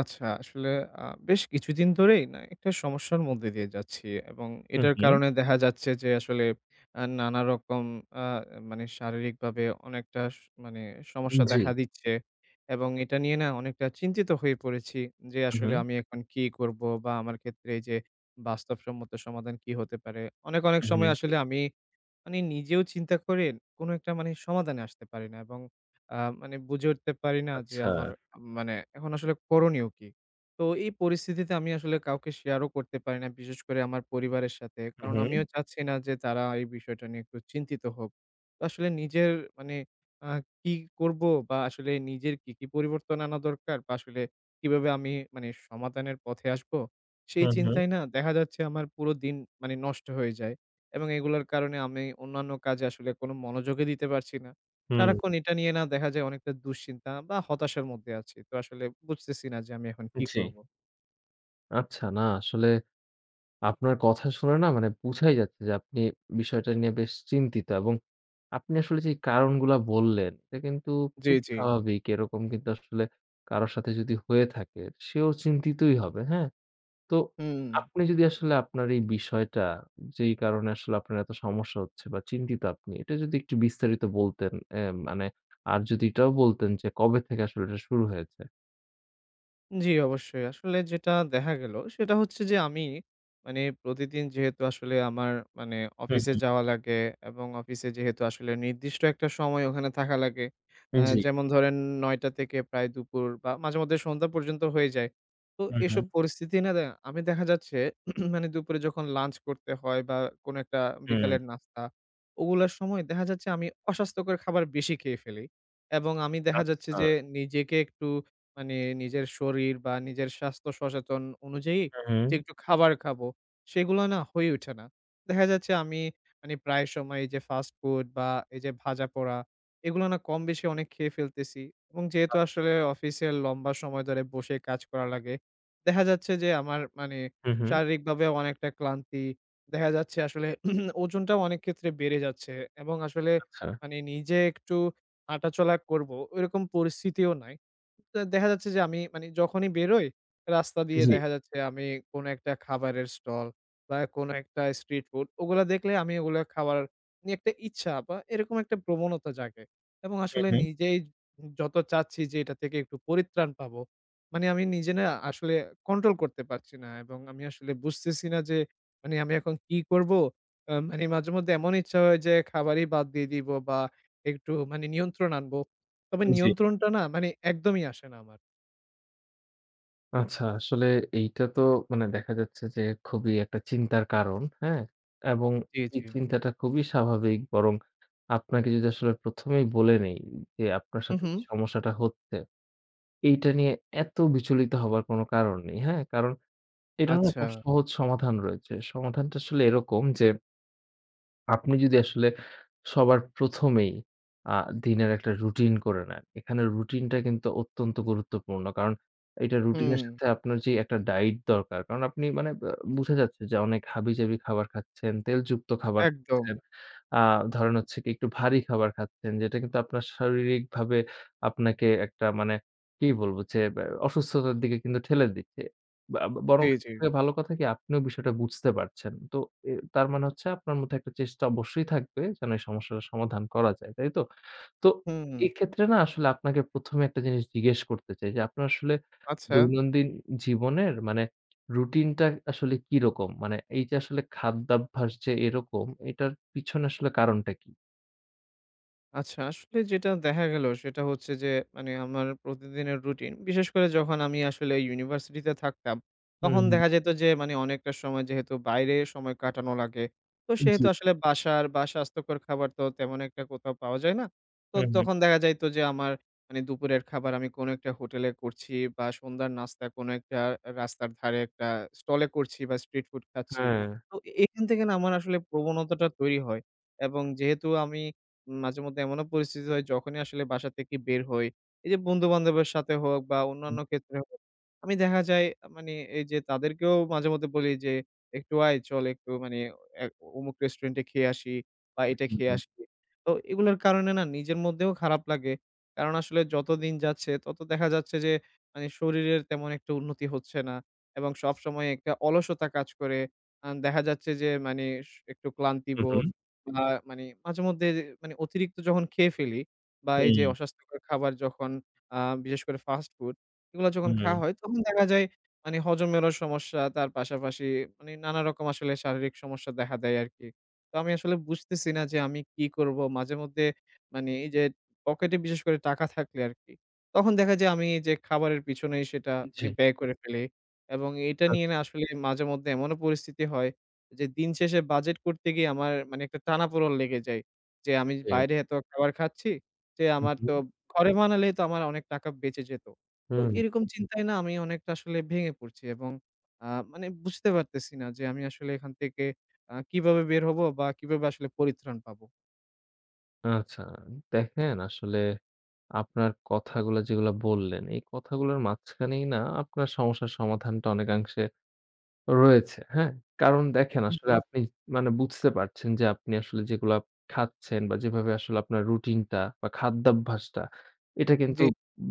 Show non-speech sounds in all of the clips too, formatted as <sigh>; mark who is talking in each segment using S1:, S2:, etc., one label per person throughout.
S1: আচ্ছা, আসলে আ বেশ কিছুদিন ধরেই না একটা সমস্যার মধ্যে দিয়ে যাচ্ছি, এবং
S2: হুম,
S1: এটার
S2: হুম।
S1: কারণে দেখা যাচ্ছে যে আসলে নানা রকম, আ মানে শারীরিকভাবে অনেকটা মানে সমস্যা
S2: জি।
S1: দেখা দিচ্ছে। এবং এটা নিয়ে না অনেকটা চিন্তিত হয়ে পড়েছি যে
S2: হুম,
S1: আসলে
S2: হুম,
S1: আমি এখন কি করব, বা আমার ক্ষেত্রে এই যে বাস্তবসম্মত সমাধান কি হতে পারে? অনেক, অনেক
S2: হুম।
S1: সময়
S2: হুম।
S1: আসলে আমি মানে নিজেও চিন্তা করে কোনো একটা মানে সমাধানে আসতে পারি না, এবং আ মানে বুঝে উঠতে পারি না যে
S2: আচ্ছা।
S1: আমার মানে এখন আসলে করণীয় কি? তো এই পরিস্থিতিতে আমি আসলে কাউকে শেয়ারও করতে পারি না, বিশেষ করে আমার পরিবারের সাথে।
S2: হুম,
S1: কারণ
S2: হুম,
S1: আমিও চাচ্ছি না যে তারা এই বিষয়টা নিয়ে একটু চিন্তিত হোক। তো আসলে নিজের মানে আ কি করব, বা আসলে নিজের কি, কি পরিবর্তন আনা দরকার, বা আসলে কিভাবে আমি মানে সমাধানের পথে আসবো? সেই
S2: হুম, হুম,
S1: চিন্তায় না দেখা যাচ্ছে আমার পুরো দিন মানে নষ্ট হয়ে যায়। এবং এগুলোর কারণে আমি অন্যান্য কাজে আসলে কোনো মনোযোগই দিতে পারছি না।
S2: হুম।
S1: সারাক্ষণ এটা নিয়ে না দেখা যায় অনেকটা দুশ্চিন্তা বা হতাশার মধ্যে আছি। তো আসলে বুঝতেছি না যে আমি এখন কি
S2: জি।
S1: করব?
S2: আচ্ছা, না আসলে আপনার কথা শুনে, না মানে বুঝাই যাচ্ছে যে আপনি বিষয়টা নিয়ে বেশ চিন্তিত, এবং আপনি আসলে যে কারণগুলা বললেন এটা কিন্তু
S1: জি,
S2: খুব
S1: জি।
S2: স্বাভাবিক। এরকম কিন্তু আসলে কারো সাথে যদি হয়ে থাকে সেও চিন্তিতই হবে, হ্যাঁ? তো
S1: হুম।
S2: আপনি যদি আসলে আপনার এই বিষয়টা, যেই কারণে আসলে আপনার এত সমস্যা হচ্ছে বা চিন্তিত আপনি, এটা যদি একটু বিস্তারিত বলতেন, মানে, আর যদি এটাও বলতেন যে কবে থেকে আসলে এটা শুরু হয়েছে?
S1: জি, অবশ্যই। আসলে যেটা দেখা গেল সেটা হচ্ছে যে আমি মানে প্রতিদিন যেহেতু আসলে আমার মানে
S2: হুম,
S1: অফিসে
S2: হুম।
S1: যাওয়া লাগে, এবং অফিসে যেহেতু আসলে নির্দিষ্ট একটা সময় ওখানে থাকা লাগে।
S2: জি।
S1: যেমন ধরেন ৯ঃ০০ থেকে প্রায় দুপুর বা মাঝেমধ্যে সন্ধ্যা পর্যন্ত হয়ে যায়। তো
S2: হুম, হুম,
S1: এসব পরিস্থিতি না আমি দেখা যাচ্ছে <clears throat> মানে দুপুরে যখন লাঞ্চ করতে হয়, বা কোনো একটা
S2: হুম।
S1: বিকালের নাস্তা, ওগুলার সময় দেখা যাচ্ছে আমি অস্বাস্থ্যকর খাবার বেশি খেয়ে ফেলি। এবং আমি দেখা যাচ্ছে
S2: আচ্ছা।
S1: যে নিজেকে একটু মানে নিজের শরীর বা নিজের স্বাস্থ্য সচেতন অনুযায়ী
S2: হুম, হুম।
S1: যে একটু খাবার খাবো, সেগুলো না হয়ে ওঠে না। দেখা যাচ্ছে আমি মানে প্রায় সময় এই যে ফাস্ট ফুড বা এই যে ভাজাপোড়া, এগুলো না কম বেশি অনেক খেয়ে ফেলতেছি, এবং যেহেতু
S2: আচ্ছা।
S1: আসলে অফিসের লম্বা সময় ধরে বসে কাজ করা লাগে, দেখা যাচ্ছে যে আমার মানে
S2: হুম, হুম।
S1: শারীরিকভাবেও অনেকটা ক্লান্তি, দেখা যাচ্ছে আসলে <clears throat> ওজনটাও অনেক ক্ষেত্রে বেড়ে যাচ্ছে, এবং আসলে
S2: আচ্ছা।
S1: মানে নিজে একটু হাঁটাচলা করবো, ওইরকম পরিস্থিতিও নাই। দেখা যাচ্ছে যে আমি মানে যখনই বেরোই, রাস্তা দিয়ে
S2: জি।
S1: দেখা যাচ্ছে আমি কোনো একটা খাবারের স্টল বা কোনো একটা স্ট্রিট ফুড, ওগুলা দেখলে আমি ওগুলা খাওয়ার নিয়ে একটা ইচ্ছা বা এরকম একটা প্রবণতা জাগে। এবং
S2: হুম,
S1: আসলে
S2: হুম।
S1: নিজেই যত চাচ্ছি যে এটা থেকে একটু পরিত্রাণ পাবো, মানে আমি নিজে না আসলে কন্ট্রোল করতে পারছি না, এবং আমি আসলে বুঝতেছি না যে মানে আমি এখন কি করবো? মানে মাঝেমধ্যে এমন ইচ্ছা হয় যে খাবারই বাদ দিয়ে দিব বা একটু মানে নিয়ন্ত্রণ আনবো। তবে
S2: জি।
S1: নিয়ন্ত্রণটা না মানে একদমই আসে না আমার।
S2: আচ্ছা, আসলে এইটা তো মানে দেখা যাচ্ছে যে খুবই একটা চিন্তার কারণ, হ্যাঁ? এবং
S1: জি,
S2: এই
S1: জি।
S2: চিন্তাটা খুবই স্বাভাবিক। বরং আপনাকে যদি আসলে ১ম এই বলে নেই যে আপনার
S1: হু,
S2: সাথে
S1: হু।
S2: যে সমস্যাটা হচ্ছে, এইটা নিয়ে এত বিচলিত হবার কোনো কারণ নেই, হ্যাঁ? কারণ এটার না
S1: আচ্ছা।
S2: খুব সহজ সমাধান রয়েছে। সমাধানটা আসলে এরকম যে আপনি যদি আসলে সবার প্রথমেই আ দিনের একটা রুটিন করে নেন। এখানে রুটিনটা কিন্তু অত্যন্ত গুরুত্বপূর্ণ। কারণ এটা রুটিনের
S1: হুম।
S2: সাথে আপনার যে একটা ডায়েট দরকার। কারণ আপনি মানে বুঝা যাচ্ছে যে অনেক হাবিজাবি খাবার খাচ্ছেন, তেলযুক্ত খাবার
S1: একদম।
S2: খাচ্ছেন। আ ধরেন হচ্ছে কি একটু ভারী খাবার খাচ্ছেন, যেটা কিন্তু আপনার শারীরিকভাবে আপনাকে একটা মানে কি বলবো যে অসুস্থতার দিকে কিন্তু ঠেলে দিচ্ছে। বা বরং,
S1: জি, জি।
S2: থেকে ভালো কথা কি আপনিও বিষয়টা বুঝতে পারছেন। তো এ, তার মানে হচ্ছে আপনার মধ্যে একটা চেষ্টা অবশ্যই থাকবে যেন এই সমস্যাটা সমাধান করা যায়, তাই তো? তো
S1: হুম।
S2: এক্ষেত্রে না আসলে আপনাকে ১ম এ একটা জিনিস জিজ্ঞেস করতে চাই যে আপনার আসলে
S1: আচ্ছা।
S2: দৈনন্দিন জীবনের মানে রুটিনটা আসলে কিরকম? মানে এই যে আসলে খাদ্যাভ্যাস যে এরকম, এটার পিছনে আসলে কারণটা কি?
S1: আচ্ছা, আসলে যেটা দেখা গেল সেটা হচ্ছে যে মানে আমার প্রতিদিনের রুটিন। বিশেষ করে যখন আমি আসলে ইউনিভার্সিটিতে থাকতাম,
S2: হুম,
S1: তখন
S2: হুম।
S1: দেখা যেত যে মানে অনেকটা সময় যেহেতু বাইরে সময় কাটানো লাগে। তো
S2: জি।
S1: সেহেতু আসলে বাসার বা স্বাস্থ্যকর খাবার তো তেমন একটা কোথাও পাওয়া যায় না। তো
S2: হুম, হুম।
S1: তখন দেখা যাইত যে আমার মানে দুপুরের খাবার আমি কোনো একটা হোটেলে করছি, বা সন্ধ্যার নাস্তা কোনো একটা রাস্তার ধারে একটা স্টলে করছি বা স্ট্রিট ফুড খাচ্ছি।
S2: হ্যাঁ।
S1: তো এখান থেকে না আমার আসলে প্রবণতাটা তৈরি হয়, এবং যেহেতু আমি মাঝেমধ্যে এমনও পরিস্থিতি হয় যখনই আসলে বাসা থেকে বের হই, এই যে বন্ধু-বান্ধবের সাথে হোক বা অন্যান্য
S2: হুম,
S1: ক্ষেত্রে হোক, আমি দেখা যায় মানে এই যে তাদেরকেও মাঝেমধ্যে বলি যে, "একটু আয় চল একটু মানে এ অমুক রেস্টুরেন্টে খেয়ে আসি বা এটা
S2: হুম,
S1: খেয়ে
S2: হুম,
S1: আসি।" তো এগুলোর কারণে না নিজের মধ্যেও খারাপ লাগে। কারণ আসলে যত দিন যাচ্ছে তত দেখা যাচ্ছে যে মানে শরীরের তেমন একটা উন্নতি হচ্ছে না, এবং সবসময় একটা অলসতা কাজ করে। দেখা যাচ্ছে যে মানে একটু
S2: হুম,
S1: ক্লান্তিবোধ, আ মানে মাঝেমধ্যে মানে অতিরিক্ত যখন খেয়ে ফেলি, বা এই
S2: হুম,
S1: যে অস্বাস্থ্যকর খাবার যখন, আ বিশেষ করে ফাস্ট ফুড, এগুলো যখন
S2: হুম,
S1: খাওয়া হয় তখন দেখা যায় মানে হজমেরও সমস্যা, তার পাশাপাশি মানে নানা রকম আসলে শারীরিক সমস্যা দেখা দেয় আরকি। তো আমি আসলে বুঝতেছি না যে আমি কি করব? মাঝেমধ্যে মানে এই যে পকেটে বিশেষ করে টাকা থাকলে আরকি। তখন দেখা যায় আমি এই যে খাবারের পিছনেই সেটা
S2: জি,
S1: মানে ব্যয় করে ফেলি, এবং এটা নিয়ে না
S2: আচ্ছা,
S1: আসলে মাঝেমধ্যে এমনও পরিস্থিতি হয় যে দিন শেষে বাজেট করতে গিয়ে আমার মানে একটা টানাপোড়ন লেগে যায়। যে আমি
S2: জি।
S1: বাইরে এত খাবার খাচ্ছি যে
S2: হুম,
S1: আমার তো
S2: হুম,
S1: ঘরে বানালেই তো আমার অনেক টাকা বেঁচে যেত। তো
S2: হুম।
S1: এরকম চিন্তায় না আমি অনেকটা আসলে ভেঙে পড়ছি, এবং আ মানে বুঝতে পারতেছি না যে আমি আসলে এখান থেকে কিভাবে বের হবো বা কিভাবে আসলে পরিত্রাণ পাবো?
S2: আচ্ছা। দেখেন আসলে আপনার কথাগুলো যেগুলা বললেন, এই কথাগুলোর মাঝখানেই না আপনার সমস্যার সমাধানটা অনেকাংশে রয়েছে, হ্যাঁ? কারণ দেখেন
S1: হুম,
S2: আসলে
S1: হুম।
S2: আপনি মানে বুঝতে পারছেন যে আপনি আসলে যেগুলা খাচ্ছেন বা যেভাবে আসলে আপনার রুটিনটা বা খাদ্যাভ্যাসটা, এটা কিন্তু
S1: জি।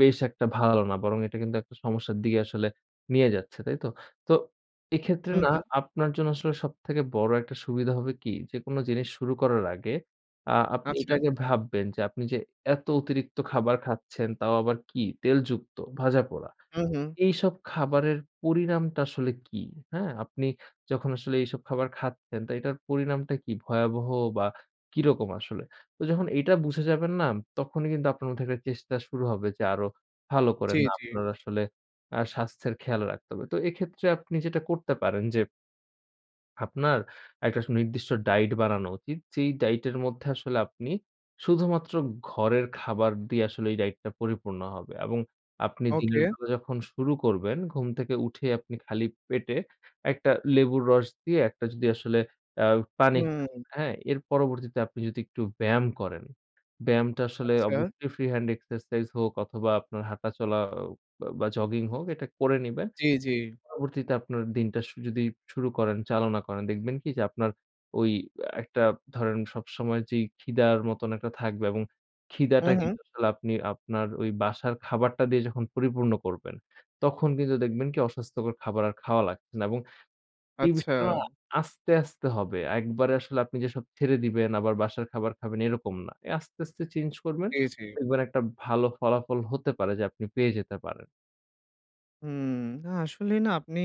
S2: বেশ একটা ভালো না। বরং এটা কিন্তু একটা সমস্যার দিকে আসলে নিয়ে যাচ্ছে, তাই তো? তো এক্ষেত্রে
S1: হুম,
S2: না
S1: হুম।
S2: আপনার জন্য আসলে সবথেকে বড় একটা সুবিধা হবে কি? যেকোনো জিনিস শুরু করার আগে আপনি
S1: আচ্ছা।
S2: এটা আগে ভাববেন যে আপনি যে এত অতিরিক্ত খাবার খাচ্ছেন, তাও আবার কি তেলযুক্ত, ভাজাপোড়া।
S1: হুম, হুম।
S2: এইসব খাবারের পরিণামটা আসলে কি? হ্যাঁ? আপনি যখন আসলে এইসব খাবার খাচ্ছেন, তো এটার পরিণামটা কি ভয়াবহ বা কিরকম আসলে? তো যখন এইটা বুঝে যাবেন না, তখনই কিন্তু আপনার মধ্যে একটা চেষ্টা শুরু হবে যে আরো ভালো করে
S1: জি,
S2: না
S1: জি।
S2: আপনার আসলে স্বাস্থ্যের খেয়াল রাখতে হবে। তো এক্ষেত্রে আপনি যেটা করতে পারেন যে আপনার একটা নির্দিষ্ট ডায়েট বানানো উচিত। যেই ডায়েটের মধ্যে আসলে আপনি শুধুমাত্র ঘরের খাবার দিয়ে আসলে এই ডায়েটটা পরিপূর্ণ হবে, এবং আপনি দিনের
S1: ওকে।
S2: বেলা যখন শুরু করবেন, ঘুম থেকে উঠে আপনি খালি পেটে একটা লেবুর রস দিয়ে একটা যদি আসলে আ পানি খান,
S1: হুম।
S2: হ্যাঁ? এর পরবর্তীতে আপনি যদি একটু ব্যায়াম করেন, ব্যায়ামটা আসলে
S1: আচ্ছা।
S2: অবশ্যই ফ্রি হ্যান্ড এক্সারসাইজ হোক অথবা আপনার হাঁটাচলা বা জগিং হোক, এটা করে নিবেন।
S1: জি, জি।
S2: পরবর্তীতে আপনার দিনটা যদি শুরু করেন, চালনা করেন, দেখবেন কি যে আপনার ওই একটা, ধরেন, সবসময় যেই খিদার মতন একটা থাকবে, এবং
S1: হুম,
S2: খিদাটা
S1: হুম।
S2: কিন্তু আসলে আপনি আপনার ওই বাসার খাবারটা দিয়ে যখন পরিপূর্ণ করবেন, তখন কিন্তু দেখবেন কি অস্বাস্থ্যকর খাবার আর খাওয়া লাগছে না, এবং এই
S1: আচ্ছা।
S2: বিষয়টা না আস্তে, আস্তে হবে। একবারে আসলে আপনি যে সব ছেড়ে দিবেন আবার বাসার খাবার খাবেন এরকম না। এ আস্তে, আস্তে চেঞ্জ করবেন।
S1: জি, জি।
S2: দেখবেন একটা ভালো ফলাফল হতে পারে যে আপনি পেয়ে যেতে পারেন।
S1: হুম, না আসলে না আপনি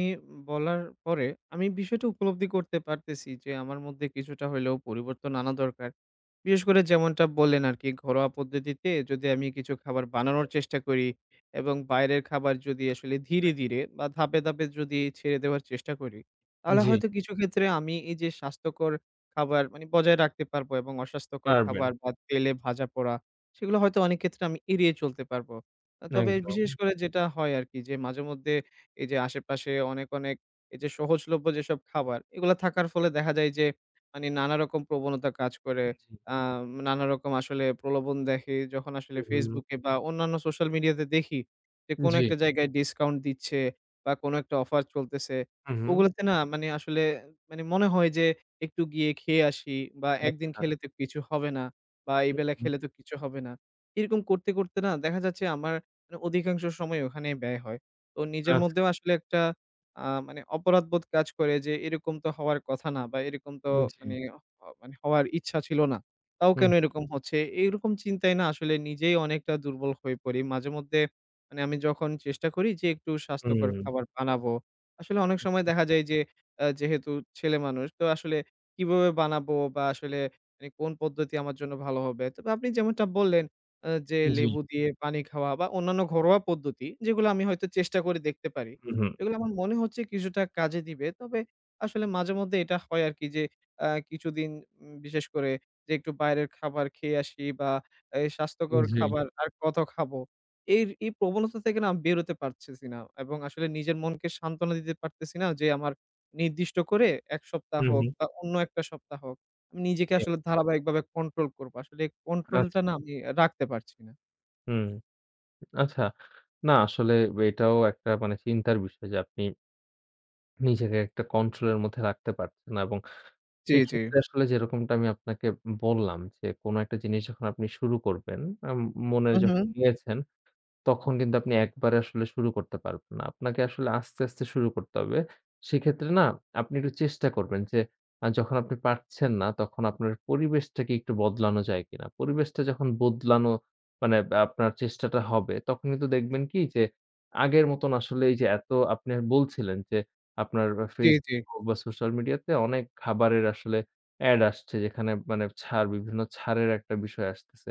S1: বলার পরে আমি বিষয়টা উপলব্ধি করতে পারতেছি যে আমার মধ্যে কিছুটা হইলেও পরিবর্তন আনা দরকার। বিশেষ করে যেমনটা বললেন আরকি ঘরোয়া পদ্ধতিতে যদি আমি কিছু খাবার বানানোর চেষ্টা করি, এবং বাইরের খাবার যদি আসলে ধীরে,
S2: হ্যাঁ।
S1: ধীরে বা ধাপে, ধাপে যদি ছেড়ে দেওয়ার চেষ্টা করি, তাহলে
S2: জি,
S1: হয়তো কিছু ক্ষেত্রে আমি এই যে স্বাস্থ্যকর খাবার মানে বজায় রাখতে পারবো, এবং অস্বাস্থ্যকর
S2: পারবেন।
S1: খাবার বা তেলে ভাজা পোড়া সেগুলো হয়তো অনেক ক্ষেত্রে আমি এড়িয়ে চলতে পারবো। তবে
S2: একদম।
S1: বিশেষ করে যেটা হয় আরকি যে মাঝেমধ্যে এই যে আশেপাশে অনেক, অনেক এই যে সহজলভ্য যেসব খাবার, এগুলা থাকার ফলে দেখা যায় যে মানে নানারকম প্রবণতা কাজ করে।
S2: জি।
S1: নানারকম আসলে প্রলোভন দেখে যখন
S2: হুম,
S1: আসলে
S2: হুম,
S1: Facebook এ বা অন্যান্য সোশ্যাল মিডিয়াতে দেখি যে কোনো
S2: জি।
S1: একটা জায়গায় ডিসকাউন্ট দিচ্ছে বা কোনো একটা অফার চলতেছে।
S2: হুম, হুম।
S1: ওগুলোতে না মানে আসলে মানে মনে হয় যে একটু গিয়ে খেয়ে আসি, বা একদিন
S2: আচ্ছা।
S1: খেলে তো কিছু হবে না, বা এই
S2: হুম,
S1: বেলা
S2: হুম।
S1: খেলে তো কিছু হবে না। এরকম করতে, করতে না দেখা যাচ্ছে আমার মানে অধিকাংশ সময় ওখানে ব্যয় হয়। তো নিজের
S2: আচ্ছা।
S1: মধ্যেও আসলে একটা মানে অপরাধবোধ কাজ করে যে এরকম তো হওয়ার কথা না, বা এরকম তো
S2: জি।
S1: মানে, মানে হওয়ার ইচ্ছা ছিল না। তাও
S2: হুম,
S1: কেন এরকম হচ্ছে? এইরকম চিন্তায় না আসলে নিজেই অনেকটা দুর্বল হয়ে পড়ি। মাঝেমধ্যে মানে আমি যখন চেষ্টা করি যে একটু স্বাস্থ্যকর
S2: হুম।
S1: খাবার বানাবো। আসলে অনেক সময় দেখা যায় যে যেহেতু ছেলেমানুষ তো আসলে কিভাবে বানাবো, বা আসলে মানে কোন পদ্ধতি আমার জন্য ভালো হবে? তবে আপনি যেমনটা বললেন, যে
S2: হুম, জি।
S1: লেবু দিয়ে পানি খাওয়া বা অন্যান্য ঘরোয়া পদ্ধতি, যেগুলো আমি হয়তো চেষ্টা করে দেখতে পারি।
S2: হুম, হুম।
S1: এগুলো আমার মনে হচ্ছে কিছুটা কাজে দিবে। তবে আসলে মাঝেমধ্যে এটা হয় আরকি যে কিছুদিন, বিশেষ করে যে একটু বাইরের খাবার খেয়ে আসি, বা এই স্বাস্থ্যকর
S2: জি।
S1: খাবার আর কত খাবো? এই এই প্রবণতা থেকে না আমি বেরোতে পারতেছি না, এবং আসলে নিজের মনকে সান্ত্বনা দিতে পারতেছি না যে আমার নির্দিষ্ট করে ১ সপ্তাহ
S2: হুম,
S1: হোক
S2: হুম।
S1: বা অন্য একটা সপ্তাহ হোক, আমি নিজেকে
S2: জি।
S1: আসলে ধারাবাহিকভাবে কন্ট্রোল করবো। আসলে এই
S2: আচ্ছা।
S1: কন্ট্রোলটা না আমি রাখতে পারছি না।
S2: হুম। আচ্ছা। না আসলে এটাও একটা মানে চিন্তার বিষয় যে আপনি নিজেকে একটা কন্ট্রোলের মধ্যে রাখতে পারছেন না, এবং
S1: জি, জি।
S2: এক্ষেত্রে আসলে যেরকমটা আমি আপনাকে বললাম যে, কোন একটা জিনিস যখন আপনি শুরু করবেন, আম মনে
S1: হু, হু।
S2: যখন নিয়েছেন, তখন কিন্তু আপনি একবারে আসলে শুরু করতে পারবেন না। আপনাকে আসলে আস্তে, আস্তে শুরু করতে হবে। সেক্ষেত্রে না আপনি একটু চেষ্টা করবেন যে যখন আপনি পারছেন না তখন আপনার পরিবেশটাকে একটু বদলানো যায় কিনা? পরিবেশটা যখন বদলানো মানে আপনার চেষ্টাটা হবে, তখন কিন্তু দেখবেন কি যে আগের মতন আসলে এই যে এত আপনি বলছিলেন যে আপনার
S1: জি, জি।
S2: Facebook হোক বা সোশ্যাল মিডিয়াতে অনেক খাবারের আসলে এড আসছে, যেখানে মানে ছাড়, বিভিন্ন ছাড়ের একটা বিষয় আসতেছে।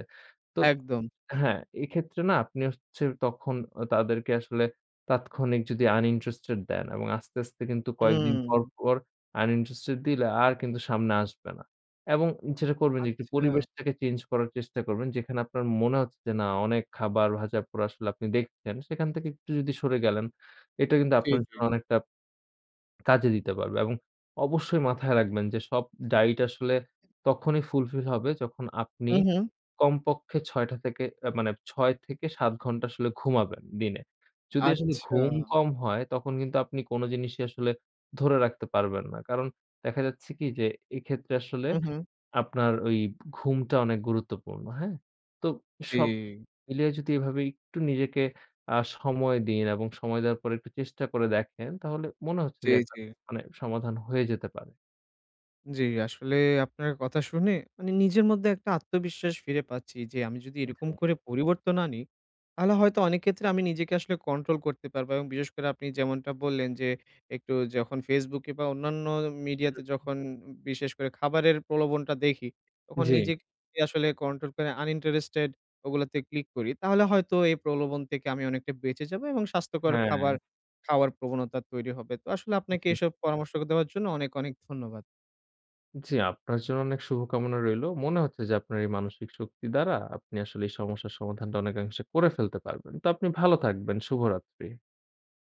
S2: তো
S1: একদম।
S2: হ্যাঁ, এক্ষেত্রে না আপনি হচ্ছে তখন তাদেরকে আসলে তাৎক্ষণিক যদি uninterested দেন, এবং আস্তে, আস্তে কিন্তু কয়েকদিন
S1: হুম।
S2: পর, পর uninterested দিলে আর কিন্তু সামনে আসবে না। এবং যেটা করবেন যে একটু
S1: আচ্ছা।
S2: পরিবেশটাকে চেঞ্জ করার চেষ্টা করবেন। যেখানে আপনার মনে হচ্ছে যে না অনেক খাবার ভাজাপোড়া আসলে আপনি দেখছেন, সেখান থেকে একটু যদি সরে গেলেন, এটা কিন্তু
S1: জি,
S2: আপনার
S1: জি।
S2: জন্য অনেকটা কাজে দিতে পারবে, এবং অবশ্যই মাথায় রাখবেন যে সব ডায়েট আসলে তখনই ফুলফিল হবে যখন আপনি
S1: হু, হু।
S2: কমপক্ষে ৬ টা থেকে মানে ৬ থেকে ৭ ঘন্টা আসলে ঘুমাবেন দিনে। যদি আসলে
S1: আচ্ছা।
S2: ঘুম কম হয় তখন কিন্তু আপনি কোন জিনিসই আসলে ধরে রাখতে পারবেন না। কারণ দেখা যাচ্ছে কি যে এক্ষেত্রে আসলে
S1: হু, হু।
S2: আপনার ওই ঘুমটা অনেক গুরুত্বপূর্ণ, হ্যাঁ? তো
S1: জি,
S2: সব মিলিয়ে যদি এভাবে একটু নিজেকে সময় দিন এবং সময় দেওয়ার পরে একটু চেষ্টা করে দেখেন, তাহলে মনে হচ্ছে
S1: জি,
S2: যে একটা
S1: জি।
S2: মানে সমাধান হয়ে যেতে পারে।
S1: জি, আসলে আপনার কথা শুনে মানে নিজের মধ্যে একটা আত্মবিশ্বাস ফিরে পাচ্ছি যে আমি যদি এরকম
S2: জি,
S1: করে পরিবর্তন আনি, তাহলে হয়তো অনেক ক্ষেত্রে আমি নিজেকে আসলে কন্ট্রোল করতে পারবো, এবং বিশেষ করে আপনি যেমনটা বললেন যে একটু যখন Facebook এ বা অন্যান্য মিডিয়াতে যখন বিশেষ করে খাবারের প্রলোভনটা দেখি, তখন
S2: জি,
S1: নিজেকে আসলে কন্ট্রোল করে uninterested ওগুলাতে ক্লিক করি। তাহলে হয়তো এই প্রলোভন থেকে আমি অনেকটা বেঁচে যাবো এবং স্বাস্থ্যকর
S2: হ্যাঁ,
S1: খাবার খাওয়ার প্রবণতা তৈরি হবে। তো আসলে আপনাকে
S2: জি,
S1: এসব পরামর্শ দেওয়ার জন্য অনেক, অনেক ধন্যবাদ।
S2: জি, আপনার জন্য অনেক শুভকামনা রইলো। মনে হচ্ছে যে আপনার এই মানসিক শক্তি দ্বারা আপনি আসলে এই সমস্যার সমাধানটা অনেকাংশে করে ফেলতে পারবেন। তো আপনি ভালো থাকবেন। শুভরাত্রি।